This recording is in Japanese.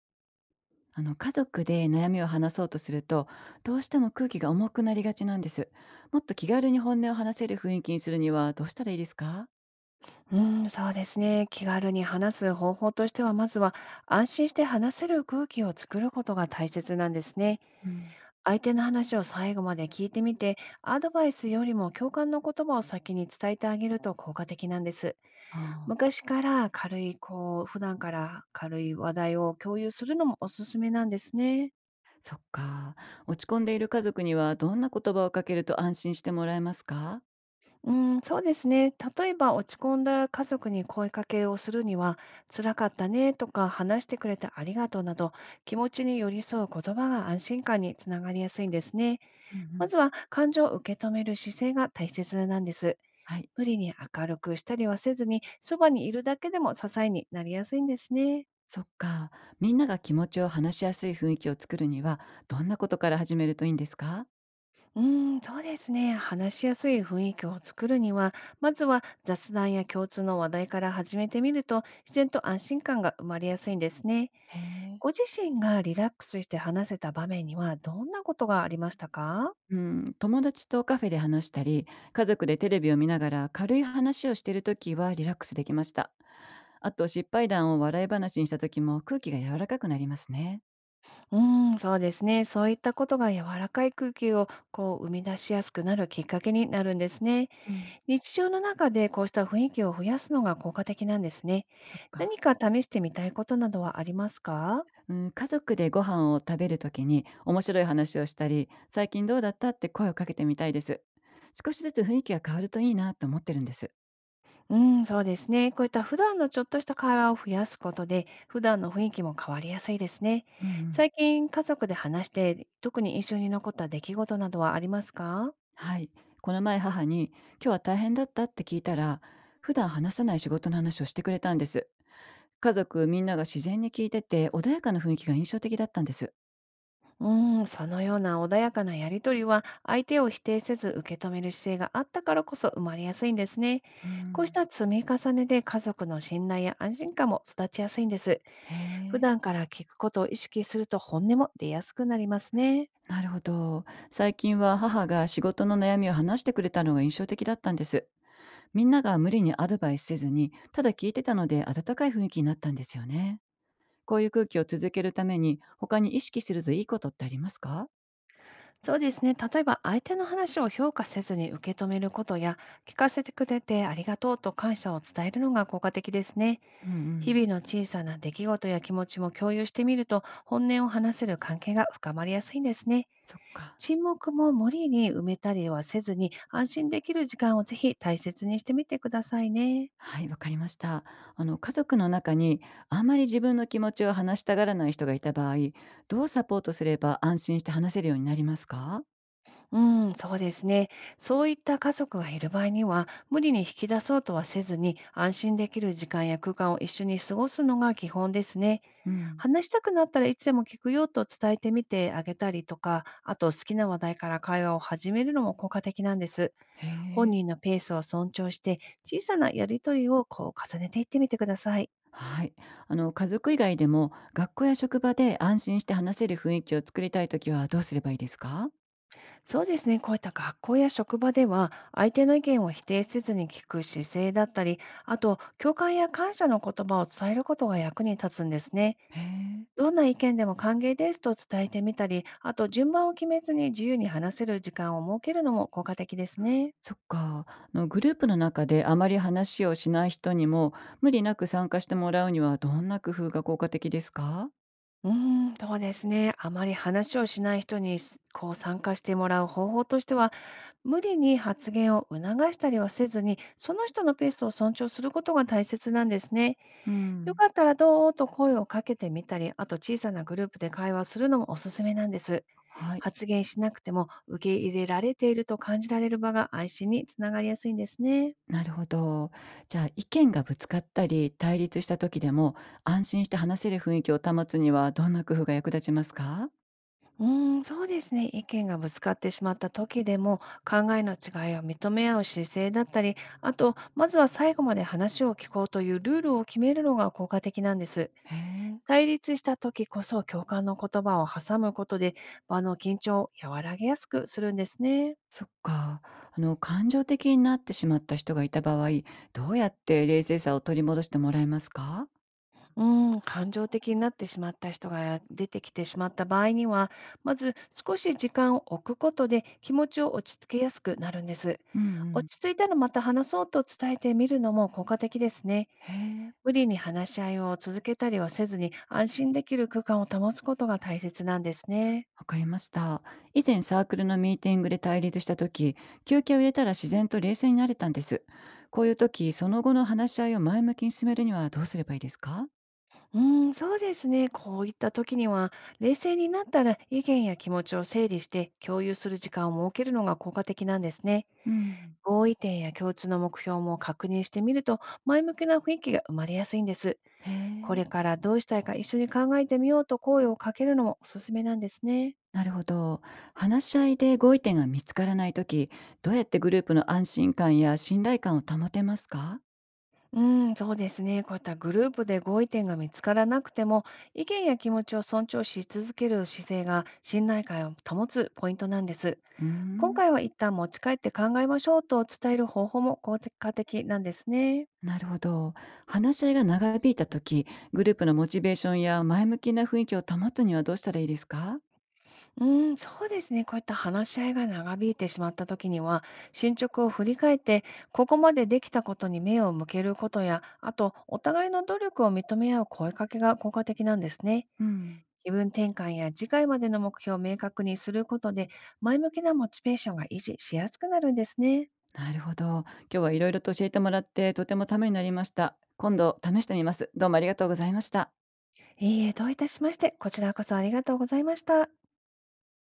あの、家族で悩みを話そうとすると、どうしても空気が重くなりがちなんです。もっと気軽に本音を話せる雰囲気にするにはどうしたらいいですか？うん、そうですね。気軽に話す方法としては、まずは安心して話せる空気を作ることが大切なんですね。うん、相手の話を最後まで聞いてみて、アドバイスよりも共感の言葉を先に伝えてあげると効果的なんです。ああ、昔から軽い、こう、普段から軽い話題を共有するのもおすすめなんですね。そっか。落ち込んでいる家族にはどんな言葉をかけると安心してもらえますか？うーん、そうですね。例えば落ち込んだ家族に声かけをするには、辛かったねとか話してくれてありがとうなど、気持ちに寄り添う言葉が安心感につながりやすいんですね。うんうまん。ずは感情を受け止める姿勢が大切なんです。はい。無理に明るくしたりはせずに、そばにいるだけでも支えになりやすいんですね。そっか。みんなが気持ちを話しやすい雰囲気を作るには、どんなことから始めるといいんですか？うーん、そうですね。話しやすい雰囲気を作るには、まずは雑談や共通の話題から始めてみると、自然と安心感が生まれやすいんですね。へえ。ご自身がリラックスして話せた場面にはどんなことがありましたか？うん、友達とカフェで話したり、家族でテレビを見ながら軽い話をしているときはリラックスできました。あと失敗談を笑い話にしたときも空気が柔らかくなりますね。うーん、そうですね。そういったことが柔らかい空気を生み出しやすくなるきっかけになるんですね。うん、日常の中でこうした雰囲気を増やすのが効果的なんですね。そっ何か。か試してみたいことなどはありますか？うん、家族でご飯を食べるときに面白い話をしたり、最近どうだったって声をかけてみたいです。少しずつ雰囲気が変わるといいなと思ってるんです。うーん、そうですね。こういった普段のちょっとした会話を増やすことで、普段の雰囲気も変わりやすいですね。うんうん。最近家族で話して、特に印象に残った出来事などはありますか？はい。この前母に今日は大変だったって聞いたら、普段話さない仕事の話をしてくれたんです。家族みんなが自然に聞いてて、穏やかな雰囲気が印象的だったんです。うーん、そのような穏やかなやりとりは、相手を否定せず受け止める姿勢があったからこそ生まれやすいんですね。うこうしん。た積み重ねで家族の信頼や安心感も育ちやすいんです。へ普え、段から聞くことを意識すると本音も出やすくなりますね。なるほど。最近は母が仕事の悩みを話してくれたのが印象的だったんです。みんなが無理にアドバイスせずに、ただ聞いてたので温かい雰囲気になったんですよね。こういう空気を続けるために、他に意識するといいことってありますか？そうですね。例えば相手の話を評価せずに受け止めることや、聞かせてくれてありがとうと感謝を伝えるのが効果的ですね。うんう日ん。々の小さな出来事や気持ちも共有してみると、本音を話せる関係が深まりやすいんですね。そっか。沈黙も無理に埋めたりはせずに、安心できる時間をぜひ大切にしてみてくださいね。はい、わかりました。あの、家族の中にあまり自分の気持ちを話したがらない人がいた場合、どうサポートすれば安心して話せるようになりますか？うん、そうですね。そういった家族がいる場合には、無理に引き出そうとはせずに、安心できる時間や空間を一緒に過ごすのが基本ですね。うん。話したくなったらいつでも聞くよと伝えてみてあげたりとか、あと好きな話題から会話を始めるのも効果的なんです。へ本え。人のペースを尊重して、小さなやりとりを重ねていってみてください。はい。あの、家族以外でも学校や職場で安心して話せる雰囲気を作りたいときはどうすればいいですか？そうですね、こういった学校や職場では、相手の意見を否定せずに聞く姿勢だったり、あと、共感や感謝の言葉を伝えることが役に立つんですね。へえ。どんな意見でも歓迎ですと伝えてみたり、あと、順番を決めずに自由に話せる時間を設けるのも効果的ですね。そっか。あのグループの中であまり話をしない人にも無理なく参加してもらうにはどんな工夫が効果的ですか？うーん、そうですね。あまり話をしない人にすこう参加してもらう方法としては、無理に発言を促したりはせずに、その人のペースを尊重することが大切なんですね。うよん。かったらどうと声をかけてみたり、あと小さなグループで会話するのもおすすめなんです。はい。発言しなくても受け入れられていると感じられる場が安心につながりやすいんですね。なるほど。じゃあ、意見がぶつかったり、対立した時でも、安心して話せる雰囲気を保つには、どんな工夫が役立ちますか？うーん、そうですね。意見がぶつかってしまった時でも考えの違いを認め合う姿勢だったり、あと、まずは最後まで話を聞こうというルールを決めるのが効果的なんです。へえ、対立した時こそ共感の言葉を挟むことで場の緊張を和らげやすくするんですね。そっか。あの、感情的になってしまった人がいた場合、どうやって冷静さを取り戻してもらえますか？うん、感情的になってしまった人が出てきてしまった場合には、まず少し時間を置くことで気持ちを落ち着けやすくなるんです。うんうん。落ち着いたらまた話そうと伝えてみるのも効果的ですね。へえ、無理に話し合いを続けたりはせずに安心できる空間を保つことが大切なんですね。わかりました。以前サークルのミーティングで対立した時、休憩を入れたら自然と冷静になれたんです。こういう時、その後の話し合いを前向きに進めるにはどうすればいいですか？うん、そうですね。こういった時には、冷静になったら意見や気持ちを整理して共有する時間を設けるのが効果的なんですね。うん。合意点や共通の目標も確認してみると、前向きな雰囲気が生まれやすいんです。へこえ。れからどうしたいか一緒に考えてみようと声をかけるのもおすすめなんですね。なるほど。話し合いで合意点が見つからないとき、どうやってグループの安心感や信頼感を保てますか？うん、そうですね。こういったグループで合意点が見つからなくても、意見や気持ちを尊重し続ける姿勢が信頼感を保つポイントなんです。うー今ん、回は一旦持ち帰って考えましょうと伝える方法も効果的なんですね。なるほど。話し合いが長引いたとき、グループのモチベーションや前向きな雰囲気を保つにはどうしたらいいですか？うーん、そうですね。こういった話し合いが長引いてしまった時には、進捗を振り返って、ここまでできたことに目を向けることや、あと、お互いの努力を認め合う声かけが効果的なんですね。うん、気分転換や次回までの目標を明確にすることで、前向きなモチベーションが維持しやすくなるんですね。なるほど。今日はいろいろと教えてもらって、とてもためになりました。今度試してみます。どうもありがとうございました。いいえ、どういたしまして、こちらこそありがとうございました。